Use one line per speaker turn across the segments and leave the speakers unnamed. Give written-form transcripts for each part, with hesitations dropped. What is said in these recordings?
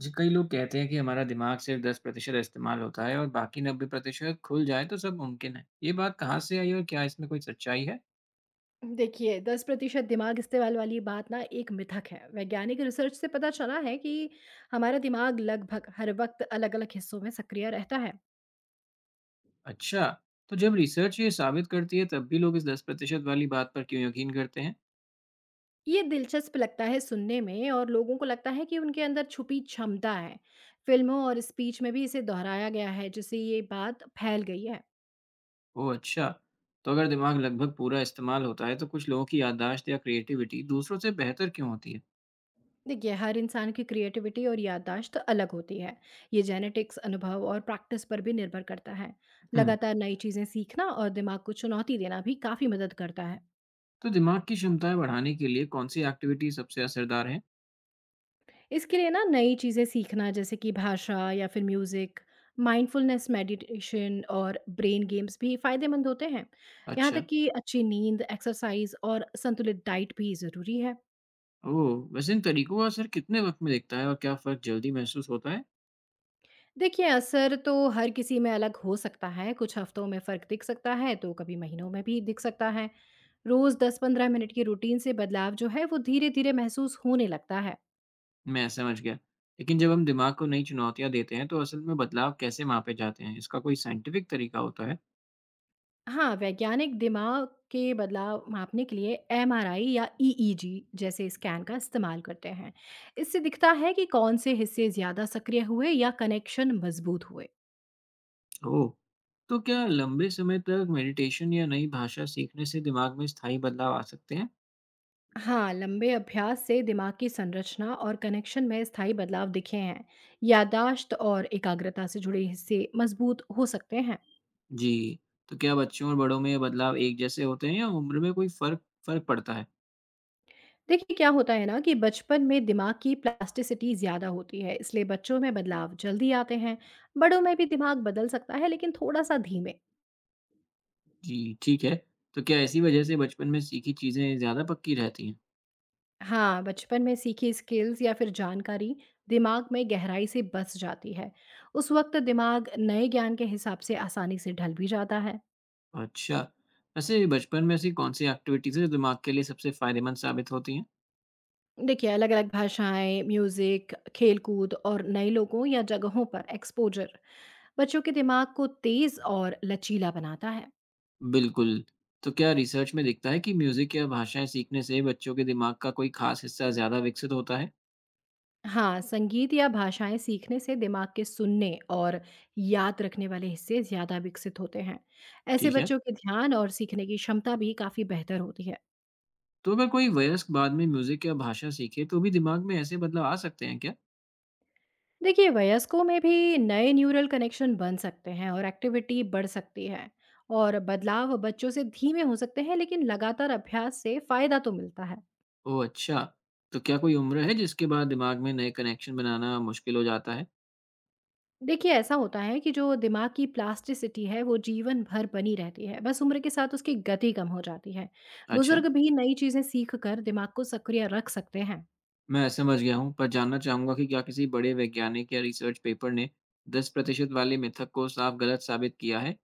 जी, कई लोग कहते हैं कि हमारा दिमाग सिर्फ 10% इस्तेमाल होता है और बाकी 90% खुल जाए तो सब मुमकिन है। ये बात कहाँ से आई और क्या इसमें कोई सच्चाई है?
देखिए 10% दिमाग इस्तेमाल वाली बात ना एक मिथक है। वैज्ञानिक रिसर्च से पता चला है कि हमारा दिमाग लगभग हर वक्त अलग-अलग हिस्सों में सक्रिय रहता है।
अच्छा, तो जब रिसर्च ये साबित करती है तब भी लोग इस 10% वाली बात पर क्यों यकीन करते हैं?
ये दिलचस्प लगता है सुनने में और लोगों को लगता है कि उनके अंदर छुपी क्षमता है। फिल्मों और स्पीच में भी इसे दोहराया गया है जिससे ये बात फैल गई है।
ओह अच्छा, तो अगर दिमाग लगभग पूरा इस्तेमाल होता है तो कुछ लोगों की याददाश्त या क्रिएटिविटी दूसरों से बेहतर क्यों होती है?
देखिए हर इंसान की क्रिएटिविटी और याददाश्त अलग होती है। ये जेनेटिक्स, अनुभव और प्रैक्टिस पर भी निर्भर करता है।
हुँ,
लगातार नई चीज़ें सीखना और दिमाग को चुनौती देना भी काफ़ी मदद करता है।
तो दिमाग की क्षमताएं बढ़ाने के लिए कौन सी एक्टिविटी सबसे असरदार है?
इसके लिए ना नई चीज़ें सीखना जैसे कि भाषा या फिर म्यूज़िक, माइंडफुलनेस मेडिटेशन और ब्रेन गेम्स भी फ़ायदेमंद होते हैं। यहाँ
अच्छा,
तक कि अच्छी नींद, एक्सरसाइज और संतुलित डाइट भी ज़रूरी है।
ओह वैसे इन तरीकों का असर कितने वक्त में दिखता है और क्या फ़र्क जल्दी महसूस होता है?
देखिए असर तो हर किसी में अलग हो सकता है, कुछ हफ्तों में फ़र्क दिख सकता है तो कभी महीनों में भी दिख सकता है। रोज़ 10-15 मिनट की रूटीन से बदलाव जो है वो धीरे धीरे महसूस होने लगता है।
मैं समझ गया। लेकिन जब हम दिमाग को नई चुनौतियाँ देते हैं, तो असल में बदलाव कैसे मापे जाते हैं? इसका कोई साइंटिफिक तरीका होता है?
हाँ, वैज्ञानिक दिमाग के बदलाव मापने के लिए एमआरआई या ईईजी जैसे स्कैन का इस्तेमाल करते हैं। इससे दिखता है कि कौन से हिस्से ज़्यादा सक्रिय हुए या कनेक्शन मजबूत हुए।
ओह! तो क्या लंबे समय तक मेडिटेशन या नई भाषा सीखने से दिमाग में स्थायी बदलाव आ सकते हैं?
हाँ, लंबे अभ्यास से दिमाग की संरचना और कनेक्शन में स्थायी बदलाव दिखे हैं। याददाश्त और एकाग्रता से जुड़े हिस्से मजबूत हो सकते हैं।
जी। तो क्या बच्चों और बड़ों में ये बदलाव एक जैसे होते हैं या उम्र में कोई फ़र्क फ़र्क पड़ता है?
देखिए क्या होता है ना कि बचपन में दिमाग की प्लास्टिसिटी ज़्यादा होती है, इसलिए बच्चों में बदलाव जल्दी आते हैं। बड़ों में भी दिमाग बदल सकता है लेकिन थोड़ा सा धीमे।
जी, ठीक है। तो क्या इसी वजह से बचपन में सीखी चीज़ें ज़्यादा पक्की रहती हैं?
हाँ, बचपन में सीखी स्किल्स या फिर जानकारी दिमाग में गहराई से बस जाती है। उस वक्त दिमाग नए ज्ञान के हिसाब से आसानी से ढल भी जाता है।
अच्छा। वैसे बचपन में ऐसी कौन-सी एक्टिविटीज़ हैं जो दिमाग के लिए सबसे फ़ायदेमंद साबित होती हैं?
देखिए, अलग-अलग भाषाएं, म्यूजिक, खेलकूद और नए लोगों या जगहों पर एक्सपोजर बच्चों के दिमाग को तेज और लचीला बनाता है।
बिल्कुल। तो क्या रिसर्च में दिखता है कि म्यूज़िक या भाषाएँ सीखने से बच्चों के दिमाग का कोई ख़ास हिस्सा ज़्यादा विकसित होता है?
हाँ, संगीत या भाषाएं सीखने से दिमाग के सुनने और याद रखने वाले हिस्से ज़्यादा विकसित होते हैं। ऐसे
ठीक है।
बच्चों के ध्यान और सीखने की क्षमता भी काफ़ी बेहतर होती है।
तो अगर कोई वयस्क बाद में म्यूज़िक या भाषा सीखे तो भी दिमाग में ऐसे बदलाव आ सकते हैं क्या?
देखिए, वयस्कों में भी नए न्यूरल कनेक्शन बन सकते हैं और एक्टिविटी बढ़ सकती है, और बदलाव बच्चों से धीमे हो सकते हैं लेकिन लगातार अभ्यास से फायदा तो मिलता है।
ओह अच्छा! तो क्या कोई उम्र है जिसके बाद दिमाग में नए कनेक्शन बनाना मुश्किल हो जाता है?
देखिए, ऐसा होता है कि जो दिमाग की प्लास्टिसिटी है वो जीवन भर बनी रहती है, बस उम्र के साथ उसकी गति कम हो जाती है।
अच्छा,
बुजुर्ग भी नई चीज़ें सीख कर दिमाग को सक्रिय रख सकते हैं।
मैं समझ गया हूँ। पर जानना चाहूँगा कि क्या किसी बड़े वैज्ञानिक या रिसर्च पेपर ने 10% वाले मिथक को साफ गलत साबित किया है?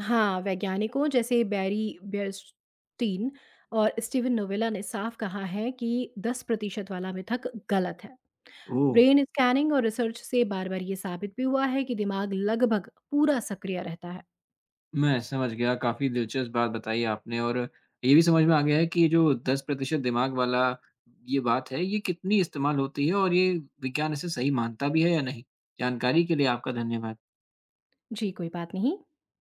हाँ, वैज्ञानिकों जैसे बैरी बेयरस्टीन और स्टीवन नोवेला ने साफ कहा है कि 10% वाला मिथक गलत है।
ओह!
ब्रेन स्कैनिंग और रिसर्च से बार बार ये साबित भी हुआ है कि दिमाग लगभग पूरा सक्रिय रहता है।
मैं समझ गया, काफ़ी दिलचस्प बात बताई आपने और ये भी समझ में आ गया है कि ये जो 10% दिमाग वाला ये बात है, ये कितनी इस्तेमाल होती है और ये विज्ञान इसे सही मानता भी है या नहीं? जानकारी के लिए आपका धन्यवाद।
जी कोई बात नहीं।